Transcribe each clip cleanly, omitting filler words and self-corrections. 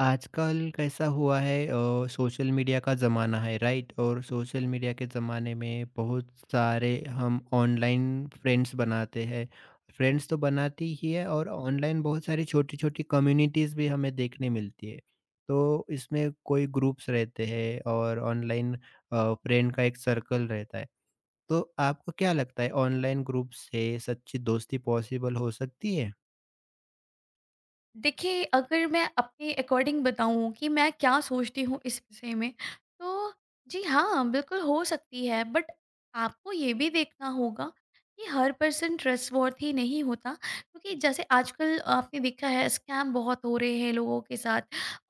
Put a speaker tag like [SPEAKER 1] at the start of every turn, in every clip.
[SPEAKER 1] आजकल कैसा हुआ है सोशल मीडिया का ज़माना है, राइट? और सोशल मीडिया के ज़माने में बहुत सारे हम ऑनलाइन फ्रेंड्स बनाते हैं। फ्रेंड्स तो बनाती ही है, और ऑनलाइन बहुत सारी छोटी छोटी कम्युनिटीज़ भी हमें देखने मिलती है। तो इसमें कोई ग्रुप्स रहते हैं, और ऑनलाइन फ्रेंड का एक सर्कल रहता है। तो आपको क्या लगता है, ऑनलाइन ग्रुप से सच्ची दोस्ती पॉसिबल हो सकती है?
[SPEAKER 2] देखिए, अगर मैं अपने अकॉर्डिंग बताऊँ कि मैं क्या सोचती हूँ इस विषय में, तो जी हाँ, बिल्कुल हो सकती है। बट आपको ये भी देखना होगा कि हर पर्सन ट्रस्टवर्थी नहीं होता क्योंकि जैसे आजकल आपने देखा है स्कैम बहुत हो रहे हैं लोगों के साथ।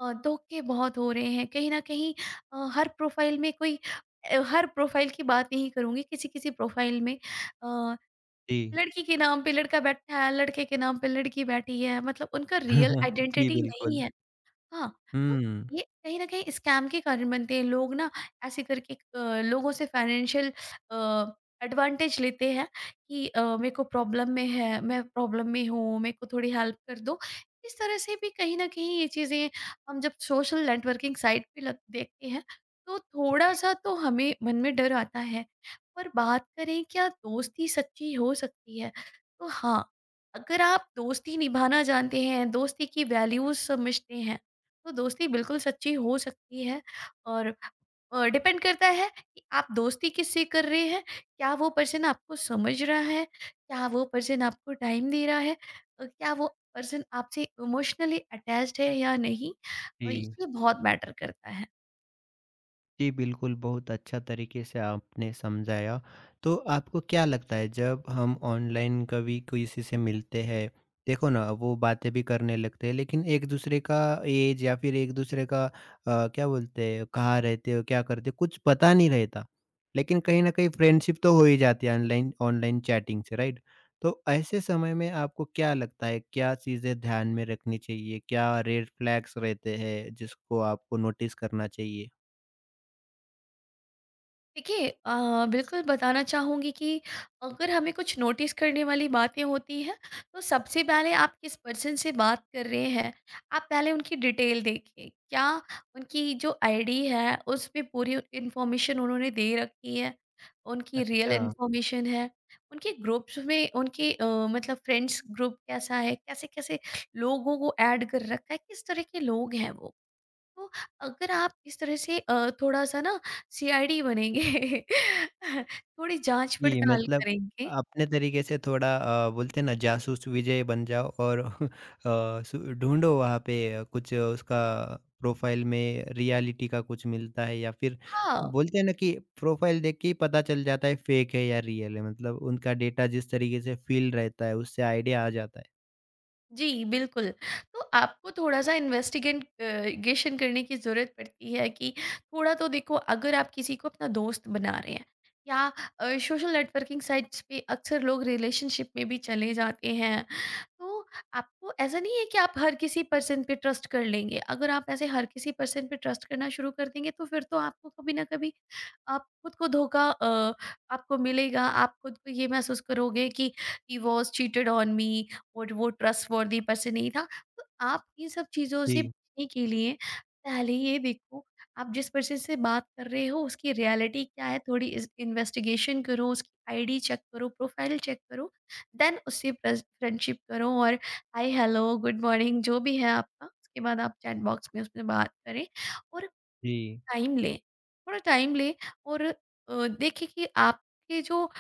[SPEAKER 2] धोखे बहुत हो रहे हैं। कहीं न कहीं अ, हर प्रोफ़ाइल में कोई अ, हर प्रोफ़ाइल की बात नहीं करूँगी, किसी-किसी प्रोफ़ाइल में अ
[SPEAKER 1] जी।
[SPEAKER 2] लड़की के नाम पे लड़का बैठा है, लड़के के नाम पे लड़की बैठी है, मतलब उनका रियल
[SPEAKER 1] जी
[SPEAKER 2] आइडेंटिटी नहीं
[SPEAKER 1] बिल्कुल।
[SPEAKER 2] है। हाँ, तो
[SPEAKER 1] हम्म।
[SPEAKER 2] ये कहीं न कहीं स्कैम के कारण बनते हैं। लोग ना ऐसे करके लोगों से फाइनेंशियल अ, एडवांटेज लेते हैं कि मेरे को प्रॉब्लम में है, मैं प्रॉब्लम में हूँ, मेरे को थोड़ी हेल्प कर दो। इस तरह से भी कहीं न कहीं ये चीज़ें हम जब सोशल नेटवर्किंग साइट पे लग देखते हैं, तो थोड़ा-सा तो हमें मन में डर आता है। पर बात करें क्या दोस्ती सच्ची हो सकती है? तो हाँ, अगर आप दोस्ती निभाना जानते हैं, दोस्ती की वैल्यूज़ समझते हैं तो दोस्ती बिल्कुल सच्ची हो सकती है। और डिपेंड करता है कि आप दोस्ती किससे कर रहे हैं, क्या वो पर्सन आपको समझ रहा है, क्या वो पर्सन आपको टाइम दे रहा है, क्या वो पर्सन आपसे इमोशनली अटैच्ड है या नहीं,
[SPEAKER 1] जी।
[SPEAKER 2] और ये बहुत मैटर करता है।
[SPEAKER 1] जी, बिल्कुल, बहुत अच्छा तरीके से आपने समझाया। तो आपको क्या लगता है, जब हम ऑनलाइन कभी किसी से मिलते हैं, देखो ना, वो बातें भी करने लगते हैं लेकिन एक-दूसरे का ऐज या फिर एक-दूसरे का क्या बोलते हैं, कहाँ रहते हो, क्या करते हो, कुछ पता नहीं रहता। लेकिन कहीं न कहीं फ्रेंडशिप तो हो ही जाती है ऑनलाइन, ऑनलाइन चैटिंग से, राइट? तो ऐसे समय में आपको क्या लगता है, क्या चीज़ें ध्यान में रखनी चाहिए? क्या रेड फ्लैग्स रहते हैं जिसको आपको नोटिस करना चाहिए?
[SPEAKER 2] देखिए, बिल्कुल बताना चाहूँगी कि अगर हमें कुछ नोटिस करने वाली बातें होती हैं तो सबसे पहले आप किस पर्सन से बात कर रहे हैं, आप पहले उनकी डिटेल देखिए, क्या उनकी जो आईडी है उसमें पूरी इंफॉर्मेशन उन्होंने दे रखी है, उनकी रियल
[SPEAKER 1] अच्छा।
[SPEAKER 2] इंफॉर्मेशन है, उनके ग्रुप्स में उनके मतलब फ्रेंड्स ग्रुप कैसा है, कैसे कैसे लोगों को ऐड कर रखा है, किस तरह के लोग हैं वो। तो अगर आप इस तरह से थोड़ा-सा ना सीआईडी बनेंगे, थोड़ी
[SPEAKER 1] जी
[SPEAKER 2] जाँच-पड़ताल
[SPEAKER 1] मतलब,
[SPEAKER 2] करेंगे।
[SPEAKER 1] अपने तरीके से थोड़ा बोलते हैं ना, जासूस विजय बन जाओ। और सु ढूँढो वहाँ पे कुछ उसका, प्रोफ़ाइल में रियलिटी का कुछ मिलता है या फिर
[SPEAKER 2] हाँ।
[SPEAKER 1] बोलते हैं ना कि प्रोफ़ाइल देख के ही पता चल जाता है फेक है या रियल है, मतलब उनका डेटा जिस तरीके से फ़ील्ड रहता है उससे आइडिया आ जाता है।
[SPEAKER 2] जी, बिल्कुल। तो आपको थोड़ा-सा इन्वेस्टिगेंट गेशन करने की ज़रूरत पड़ती है कि थोड़ा तो देखो, अगर आप किसी को अपना दोस्त बना रहे हैं या सोशल नेटवर्किंग साइट्स पे अक्सर लोग रिलेशनशिप में भी चले जाते हैं। तो आपको ऐसा नहीं है कि आप हर किसी पर्सन पे ट्रस्ट कर लेंगे। अगर आप ऐसे हर किसी पर्सन पे ट्रस्ट करना शुरू कर देंगे तो फिर तो आपको कभी न कभी आप खुद को धोखा आपको मिलेगा। आप खुद को ये महसूस करोगे कि he was cheated on me, और वो ट्रस्टवर्दी पर्सन नहीं था। तो आप इन सब चीज़ों से
[SPEAKER 1] जी,
[SPEAKER 2] बचने के लिए पहले ये देखो, आप जिस पर्सन से बात कर रहे हो उसकी रियलिटी क्या है, थोड़ी इस इन्वेस्टिगेशन करो, उसकी आईडी चेक करो, प्रोफाइल चेक करो, देन उससे फ्रेस फ्रेंडशिप करो, और हाय, हेलो, गुड मॉर्निंग जो भी है आपका, उसके बाद आप चैट बॉक्स में उसमें बात करें और
[SPEAKER 1] जी,
[SPEAKER 2] टाइम लें, थोड़ा टाइम लें, और देखें कि आपके जो अ,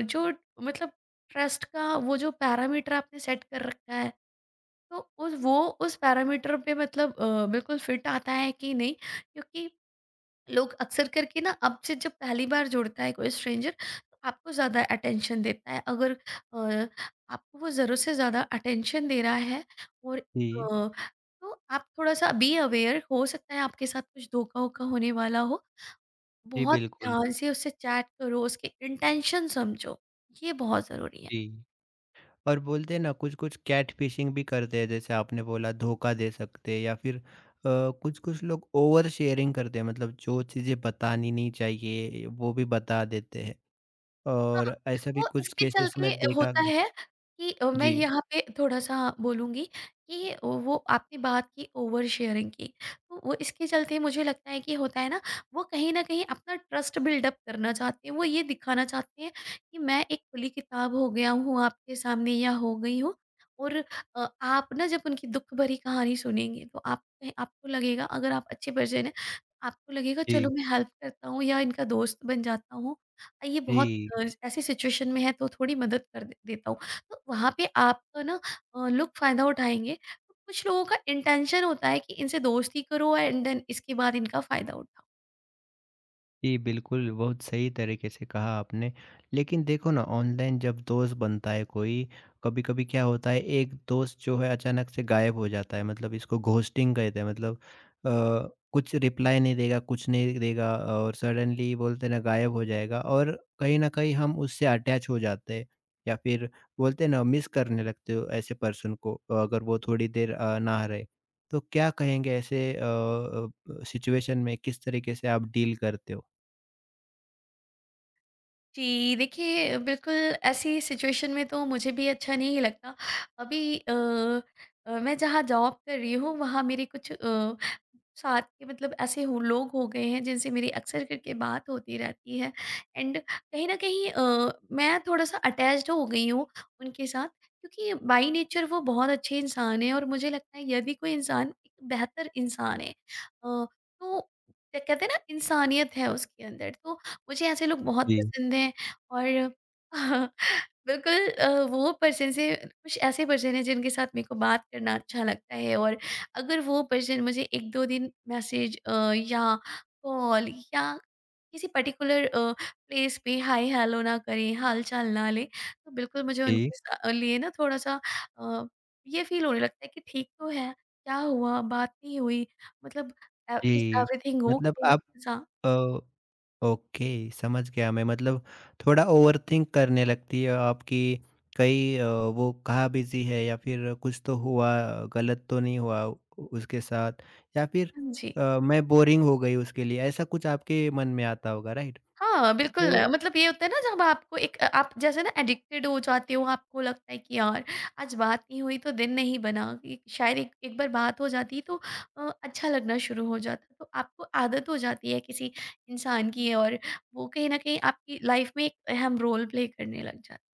[SPEAKER 2] जो मतलब ट्रस्ट का वो जो पैरामीटर आपने सेट कर रखा है, तो उस वो उस पैरामीटर पे मतलब बिल्कुल फिट आता है कि नहीं? क्योंकि लोग अक्सर करके ना आपसे जब पहली बार जुड़ता है कोई स्ट्रेंजर, तो आपको ज़्यादा अटेंशन देता है। अगर अ, आपको वो ज़रूरत से ज़्यादा अटेंशन दे रहा है और
[SPEAKER 1] जी,
[SPEAKER 2] तो आप थोड़ा-सा बी अवेयर, हो सकता है आपके साथ कुछ धोखा-वोखा होने वाला हो,
[SPEAKER 1] जी
[SPEAKER 2] बहुत
[SPEAKER 1] बिल्कुल,
[SPEAKER 2] ध्यान से उससे चैट करो, उसके इंटेंशन समझो, ये बहुत ज़रूरी है।
[SPEAKER 1] जी। और बोलते हैं ना, कुछ-कुछ कैट फिशिंग भी करते हैं, जैसे आपने बोला धोखा दे सकते हैं या फिर अ, कुछ-कुछ लोग ओवर शेयरिंग करते हैं, मतलब जो चीज़ें बतानी नहीं चाहिए वो भी बता देते हैं,
[SPEAKER 2] हाँ,
[SPEAKER 1] और ऐसा भी
[SPEAKER 2] वो
[SPEAKER 1] कुछ
[SPEAKER 2] इसके
[SPEAKER 1] केसेस
[SPEAKER 2] चलते
[SPEAKER 1] में देखा
[SPEAKER 2] होता
[SPEAKER 1] गया।
[SPEAKER 2] है कि मैं
[SPEAKER 1] जी।
[SPEAKER 2] यहाँ पे थोड़ा-सा बोलूँगी कि वो आपने बात की ओवर शेयरिंग की, तो वो इसके चलते मुझे लगता है कि होता है ना, वो कहीं न कहीं अपना ट्रस्ट बिल्डअप करना चाहते हैं, वो ये दिखाना चाहते हैं कि मैं एक खुली किताब हो गया हूँ आपके सामने या हो गई हूँ, और आप ना जब उनकी दुःख भरी कहानी सुनेंगे तो आप आपको लगेगा, अगर आप अच्छे पर्सन हैं, तो आपको लगेगा चलो
[SPEAKER 1] जी,
[SPEAKER 2] मैं हेल्प करता हूँ या इनका दोस्त बन जाता हूँ। अ, ये बहुत
[SPEAKER 1] जी।
[SPEAKER 2] ऐसी सिचुएशन में है तो थोड़ी मदद कर दे देता हूँ। तो वहाँ पे आपका ना लोग फ़ायदा उठाएँगे। कुछ लोगों का इंटेंशन होता है कि इनसे दोस्ती करो एंड देन इसके बाद इनका फ़ायदा उठाओ।
[SPEAKER 1] जी, बिल्कुल, बहुत सही तरीके से कहा आपने। लेकिन देखो ना, ऑनलाइन जब दोस्त बनता है कोई, कभी-कभी क्या होता है, एक दोस्त जो है अचानक से गायब हो जाता है, मतलब इसको घोस्टिंग कहते हैं। मतलब अ, कुछ रिप्लाई नहीं देगा, कुछ नहीं देगा, और सडनली बोलते हैं ना, गायब हो जाएगा। और कहीं न कहीं हम उससे अटैच हो जाते हैं, या फिर बोलते हैं ना, मिस करने लगते हो ऐसे पर्सन को, अगर वो थोड़ी देर ना रहे। तो क्या कहेंगे ऐसे सिचुएशन में किस तरीके से आप डील करते हो?
[SPEAKER 2] जी, देखिए बिल्कुल, ऐसी सिचुएशन में तो मुझे भी अच्छा नहीं लगता। अभी मैं जहाँ जॉब कर रही हूँ वहाँ मेरे कुछ साथ के मतलब ऐसे हो लोग हो गए हैं जिनसे मेरी अक्सर करके बात होती रहती है, एंड कहीं न कहीं मैं थोड़ा-सा अटैच्ड हो गई हूँ उनके साथ, क्योंकि बाय नेचर वो बहुत अच्छे इंसान हैं, और मुझे लगता है यदि कोई इंसान एक बेहतर इंसान है, तो क्या कहते हैं ना, इंसानियत है उसके अंदर, तो मुझे ऐसे लोग बहुत
[SPEAKER 1] जी,
[SPEAKER 2] पसंद हैं। और बिल्कुल अ, वो पर्सन से कुछ ऐसे पर्सन हैं जिनके साथ मेरे को बात करना अच्छा लगता है, और अगर वो पर्सन मुझे 1-2 दिन मैसेज या कॉल या किसी पर्टिकुलर प्लेस पे हाय हेलो ना करें, हाल-चाल ना लें, तो बिल्कुल मुझे
[SPEAKER 1] जी,
[SPEAKER 2] उनके सा लिए ना थोड़ा-सा अ, ये फ़ील होने लगता है कि ठीक तो है, क्या हुआ, बात नहीं हुई, मतलब इज़
[SPEAKER 1] जी।
[SPEAKER 2] एवरीथिंग
[SPEAKER 1] मतलब
[SPEAKER 2] ओके?
[SPEAKER 1] आप
[SPEAKER 2] ऐसा।
[SPEAKER 1] अ, ओके, समझ गया मैं। मतलब थोड़ा ओवरथिंक करने लगती है आपकी, कहीं वो कहाँ बिज़ी है, या फिर कुछ तो हुआ, गलत तो नहीं हुआ उ उसके साथ, या फिर
[SPEAKER 2] हाँ जी।
[SPEAKER 1] मैं बोरिंग हो गई उसके लिए, ऐसा कुछ आपके मन में आता होगा, राइट?
[SPEAKER 2] हाँ, बिल्कुल
[SPEAKER 1] तो
[SPEAKER 2] मतलब ये होता है ना, जब आपको एक आप जैसे ना एडिक्टेड हो जाते हो, आपको लगता है कि यार आज बात नहीं हुई तो दिन नहीं बना, कि शायद एक एक बार बात हो जाती तो अच्छा लगना शुरू हो जाता। तो आपको आदत हो जाती है किसी इंसान की, और वो कहीं न कहीं आपकी लाइफ में एक अहम रोल प्ले करने लग जाता है।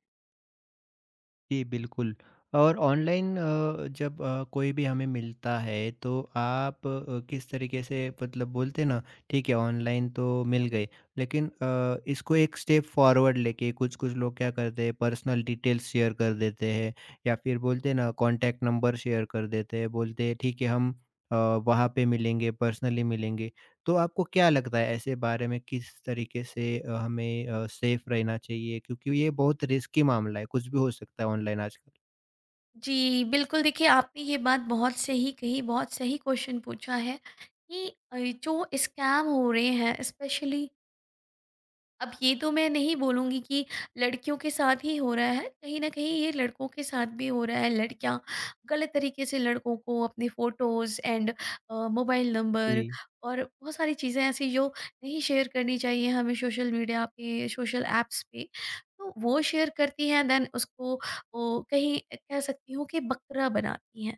[SPEAKER 1] जी, बिल्कुल। और ऑनलाइन जब कोई भी हमें मिलता है तो आप किस तरीके से, मतलब बोलते हैं ना, ठीक है ऑनलाइन तो मिल गए लेकिन इसको एक स्टेप फॉरवर्ड लेके कुछ कुछ लोग क्या करते हैं, पर्सनल डिटेल्स शेयर कर देते हैं, या फिर बोलते हैं ना, कांटेक्ट नंबर शेयर कर देते हैं, बोलते हैं ठीक है हम वहाँ पे मिलेंगे, पर्सनली मिलेंगे। तो आपको क्या लगता है, ऐसे बारे में किस तरीके से हमें सेफ रहना चाहिए? क्योंकि ये बहुत रिस्की मामला है, कुछ भी हो सकता है ऑनलाइन आजकल।
[SPEAKER 2] जी, बिल्कुल, देखिए आपने ये बात बहुत सही कही, बहुत सही क्वेश्चन पूछा है, कि जो स्कैम हो रहे हैं स्पेशली, अब ये तो मैं नहीं बोलूँगी कि लड़कियों के साथ ही हो रहा है, कहीं न कहीं ये लड़कों के साथ भी हो रहा है। लड़कियाँ गलत तरीके से लड़कों को अपने फ़ोटोज़ एंड मोबाइल नंबर
[SPEAKER 1] जी।
[SPEAKER 2] और बहुत सारी चीज़ें ऐसी जो नहीं शेयर करनी चाहिए, हमें सोशल मीडिया पे, सोशल ऐप्स पे, तो वो शेयर करती हैं, देन उसको वो कहीं कह सकती हूँ कि बकरा बनाती हैं।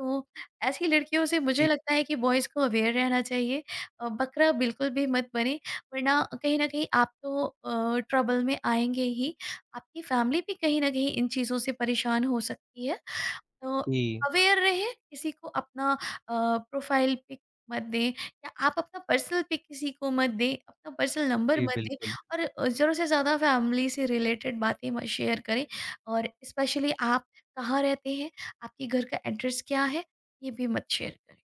[SPEAKER 2] तो ऐसी लड़कियों से मुझे
[SPEAKER 1] जी,
[SPEAKER 2] लगता है कि बॉयज़ को अवेयर रहना चाहिए। बकरा बिल्कुल भी मत बनें, वरना कहीं न कहीं आप तो ट्रबल में आएँगे ही, आपकी फैमिली भी कहीं न कहीं इन चीज़ों से परेशान हो सकती है। तो
[SPEAKER 1] जी,
[SPEAKER 2] अवेयर रहें, किसी को अपना प्रोफ़ाइल पिक मत दें, या आप अपना पर्सनल पिक किसी को मत दें, अपना पर्सनल नंबर
[SPEAKER 1] जी,
[SPEAKER 2] मत दें,
[SPEAKER 1] बिल्कुल।
[SPEAKER 2] और ज़रूर से ज़्यादा फैमिली से रिलेटेड बातें मत शेयर करें, और स्पेशली आप कहाँ रहते हैं, आपके घर का एड्रेस क्या है, ये भी मत शेयर करें।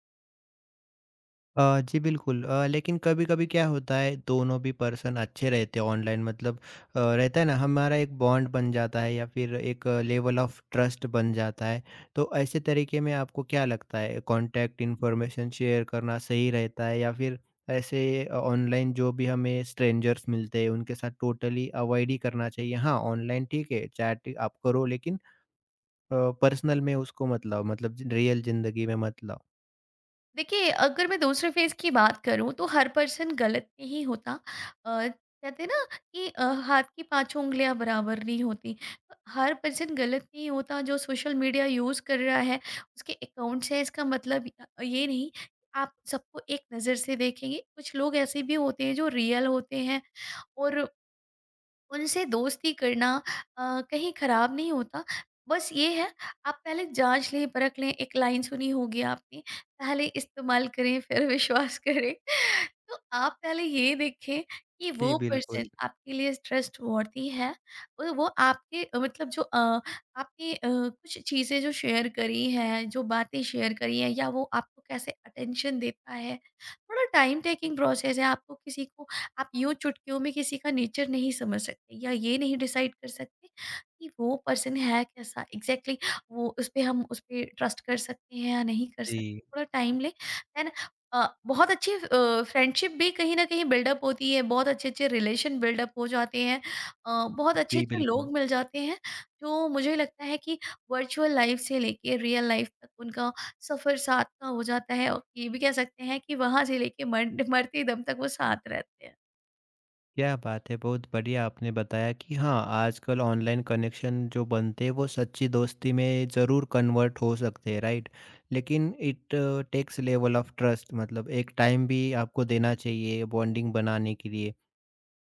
[SPEAKER 1] जी बिल्कुल। लेकिन कभी-कभी क्या होता है, दोनों भी पर्सन अच्छे रहते हैं ऑनलाइन, मतलब रहता है ना, हमारा एक बॉन्ड बन जाता है, या फिर एक लेवल ऑफ ट्रस्ट बन जाता है। तो ऐसे तरीके में आपको क्या लगता है, कॉन्टैक्ट इन्फॉर्मेशन शेयर करना सही रहता है, या फिर ऐसे ऑनलाइन जो भी हमें स्ट्रेंजर्स मिलते हैं उनके साथ टोटली अवॉइड ही करना चाहिए? हाँ, ऑनलाइन ठीक है, चैट आप करो लेकिन अ, पर्सनल में उसको मत लाओ, मतलब ज रियल ज़िंदगी में मत लाओ।
[SPEAKER 2] देखिए, अगर मैं दूसरे फेज़ की बात करूँ तो हर पर्सन गलत नहीं होता। अ, कहते हैं ना कि हाथ की पाँचों उँगलियाँ बराबर नहीं होती। हर पर्सन गलत नहीं होता जो सोशल मीडिया यूज़ कर रहा है, उसके अकाउंट्स हैं, इसका मतलब ये नहीं कि आप सबको एक नज़र से देखेंगे। कुछ लोग ऐसे भी होते हैं जो रियल होते हैं, और उनसे दोस्ती करना कहीं ख़राब नहीं होता। बस ये है, आप पहले जाँच लें, परख लें, एक लाइन सुनी होगी आपने, पहले इस्तेमाल करें फिर विश्वास करें। तो आप पहले ये देखें कि
[SPEAKER 1] जी
[SPEAKER 2] वो
[SPEAKER 1] बिल्कुल।
[SPEAKER 2] पर्सन आपके लिए ट्रस्टवर्थी है, और वो आपके आपने कुछ चीज़ें जो शेयर करी हैं, जो बातें शेयर करी हैं, या वो आपको कैसे अटेंशन देता है। थोड़ा टाइम टेकिंग प्रोसेस है, आपको किसी को आप यूँ चुटकियों में किसी का नेचर नहीं समझ सकते, या ये नहीं डिसाइड कर सकते कि वो पर्सन है कैसा एग्जैक्टली exactly, वो उस पे ट्रस्ट कर सकते हैं या नहीं कर सकते।
[SPEAKER 1] जी,
[SPEAKER 2] थोड़ा टाइम लें, देन बहुत अच्छी फ्रेंडशिप भी कहीं ना कहीं बिल्डअप होती है, बहुत अच्छे अच्छे रिलेशन बिल्डअप हो जाते हैं, बहुत अच्छे
[SPEAKER 1] जी
[SPEAKER 2] अच्छे
[SPEAKER 1] बिल्कुल।
[SPEAKER 2] लोग मिल जाते हैं, जो मुझे लगता है कि वर्चुअल लाइफ से लेके रियल लाइफ तक उनका सफ़र साथ का हो जाता है, और ये भी कह सकते हैं कि वहाँ से लेके मर मरते दम तक वो साथ रहते हैं।
[SPEAKER 1] क्या बात है! बहुत बढ़िया आपने बताया कि हाँ, आजकल ऑनलाइन कनेक्शन जो बनते हैं वो सच्ची दोस्ती में ज़रूर कन्वर्ट हो सकते हैं, राइट? लेकिन it takes level of trust, मतलब एक टाइम भी आपको देना चाहिए बॉन्डिंग बनाने के लिए,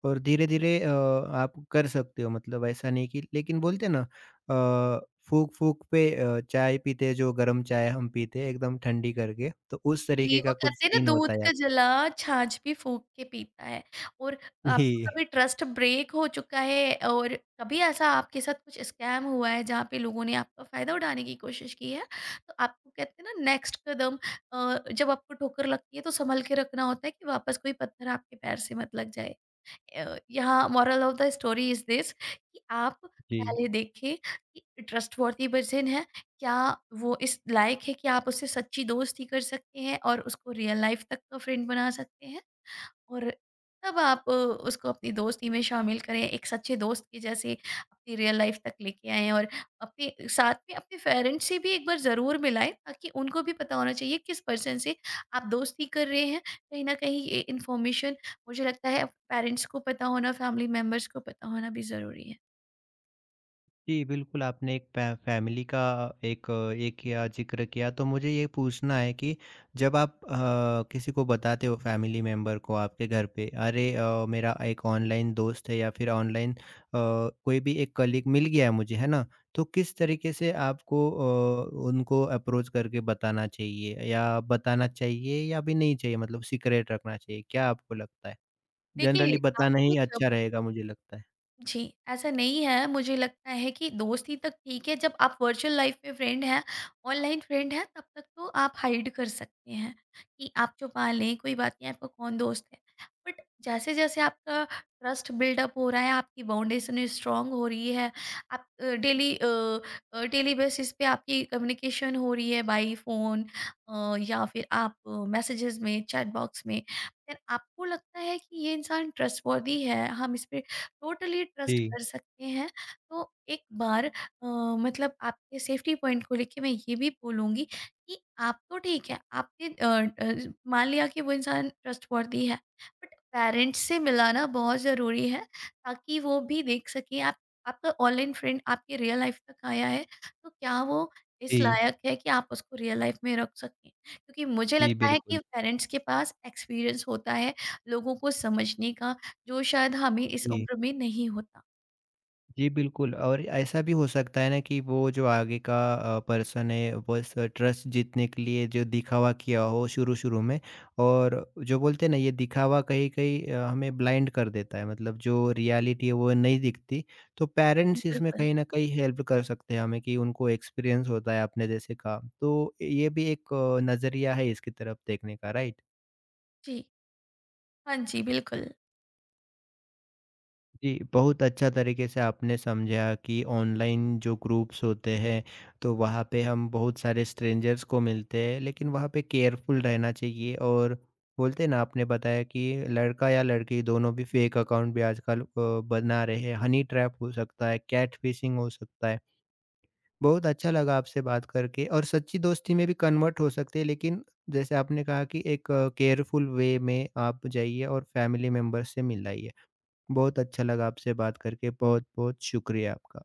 [SPEAKER 1] और धीरे-धीरे आप कर सकते हो, मतलब ऐसा नहीं कि, लेकिन बोलते हैं ना अ, फूँक-फूँक पे चाय पीते हैं, जो गरम चाय हम पीते हैं एकदम ठंडी करके, तो उस
[SPEAKER 2] जी,
[SPEAKER 1] तरीके
[SPEAKER 2] वो
[SPEAKER 1] का कुछ
[SPEAKER 2] कहते हैं ना,
[SPEAKER 1] सीन होता
[SPEAKER 2] दूध
[SPEAKER 1] है
[SPEAKER 2] का
[SPEAKER 1] आप।
[SPEAKER 2] जला छाछ भी फूँक के पीता है, और आपको
[SPEAKER 1] जी,
[SPEAKER 2] कभी ट्रस्ट ब्रेक हो चुका है, और कभी ऐसा आपके साथ कुछ स्कैम हुआ है जहाँ पे लोगों ने आपका फ़ायदा उठाने की कोशिश की है? तो आपको, कहते हैं ना, नेक्स्ट कदम, जब आपको ठोकर लगती है तो सँभल के रखना होता है कि वापस कोई पत्थर आपके पैर से मत लग जाए। यहाँ moral of the story is this, कि आप
[SPEAKER 1] जी।
[SPEAKER 2] पहले देखें कि ट्रस्टवर्थी पर्सन है, क्या वो इस लायक है कि आप उससे सच्ची दोस्ती कर सकते हैं और उसको रियल लाइफ तक का फ्रेंड बना सकते हैं। और तब आप उसको अपनी दोस्ती में शामिल करें, एक सच्चे दोस्त के जैसे अपनी रियल लाइफ तक लेके आएँ, और अपने साथ में अपने पेरेंट्स से भी एक बार ज़रूर मिलाएँ, ताकि उनको भी पता होना चाहिए किस पर्सन से आप दोस्ती कर रहे हैं। कहीं न कहीं ये इन्फॉर्मेशन, मुझे लगता है पेरेंट्स को पता होना, फैमिली मेंबर्स को पता होना भी ज़रूरी है।
[SPEAKER 1] जी, बिल्कुल, आपने एक फ़ै फ़ैमिली का एक ये किया, ज़िक्र किया, तो मुझे ये पूछना है कि जब आप किसी को बताते हो फ़ैमिली मेंबर को, आपके घर पे, अरे मेरा एक ऑनलाइन दोस्त है, या फिर ऑनलाइन कोई भी एक कलीग मिल गया है मुझे, है ना? तो किस तरीके से आपको उनको अप्रोच करके बताना चाहिए, या बताना चाहिए या भी नहीं चाहिए, मतलब सीक्रेट रखना चाहिए, क्या आपको लगता है?
[SPEAKER 2] देखिए,
[SPEAKER 1] जनरली बताना
[SPEAKER 2] आपको
[SPEAKER 1] ही
[SPEAKER 2] जब
[SPEAKER 1] अच्छा रहेगा मुझे लगता है।
[SPEAKER 2] जी, ऐसा नहीं है, मुझे लगता है कि दोस्ती तक ठीक है, जब आप वर्चुअल लाइफ़ में फ्रेंड हैं, ऑनलाइन फ्रेंड हैं, तब तक तो आप हाइड कर सकते हैं, कि आप छुपा लें, कोई बात नहीं, आपका कौन दोस्त है। बट जैसे-जैसे आपका ट्रस्ट बिल्डअप हो रहा है, आपकी फाउंडेशन स्ट्रॉन्ग हो रही है, आप डेली बेसिस पे आपकी कम्युनिकेशन हो रही है बाई फ़ोन, या फिर आप मैसेजेज़ में, चैट बॉक्स में, देन आपको लगता है कि ये इंसान ट्रस्टवर्दी है, हम इस पे टोटली ट्रस्ट
[SPEAKER 1] जी,
[SPEAKER 2] कर सकते हैं। तो एक बार मतलब आपके सेफ्टी पॉइंट को लेके मैं ये भी बोलूँगी कि आप तो ठीक है, आपने मान लिया कि वो इंसान ट्रस्टवर्थी है, बट पेरेंट्स से मिलाना बहुत ज़रूरी है, ताकि वो भी देख सकें, आप आपका ऑनलाइन फ्रेंड आपके रियल लाइफ़ तक आया है, तो क्या वो इस
[SPEAKER 1] जी,
[SPEAKER 2] लायक है कि आप उसको रियल लाइफ़ में रख सकें? क्योंकि मुझे
[SPEAKER 1] जी,
[SPEAKER 2] लगता है हुँ। कि
[SPEAKER 1] बिल्कुल।
[SPEAKER 2] पेरेंट्स के पास एक्सपीरियंस होता है लोगों को समझने का, जो शायद हमें इस
[SPEAKER 1] जी।
[SPEAKER 2] उम्र में नहीं होता।
[SPEAKER 1] जी, बिल्कुल। और ऐसा भी हो सकता है ना, कि वो जो आगे का पर्सन है बस ट्रस्ट जीतने के लिए जो दिखावा किया हो शुरू-शुरू में, और जो बोलते हैं ना, ये दिखावा कहीं-कहीं हमें ब्लाइंड कर देता है, मतलब जो रियलिटी है वो नहीं दिखती। तो पेरेंट्स इसमें
[SPEAKER 2] बिल्कुल।
[SPEAKER 1] कहीं न कहीं हेल्प कर सकते हैं हमें, कि उनको एक्सपीरियंस होता है अपने जैसे का। तो ये भी एक नज़रिया है इसकी तरफ देखने का, राइट?
[SPEAKER 2] जी। हाँ जी, बिल्कुल।
[SPEAKER 1] जी, बहुत अच्छा तरीके से आपने समझा कि ऑनलाइन जो ग्रुप्स होते हैं तो वहाँ पे हम बहुत सारे स्ट्रेंजर्स को मिलते हैं, लेकिन वहाँ पे केयरफुल रहना चाहिए, और बोलते हैं ना, आपने बताया कि लड़का या लड़की, दोनों भी फेक अकाउंट भी आजकल बना रहे हैं, हनी ट्रैप हो सकता है, कैट फिशिंग हो सकता है। बहुत अच्छा लगा आपसे बात करके। और सच्ची दोस्ती में भी कन्वर्ट हो सकते हैं, लेकिन जैसे आपने कहा कि एक केयरफुल वे में आप जाइए, और फैमिली मेम्बर से मिलाइए। बहुत अच्छा लगा आपसे बात करके, बहुत-बहुत शुक्रिया आपका।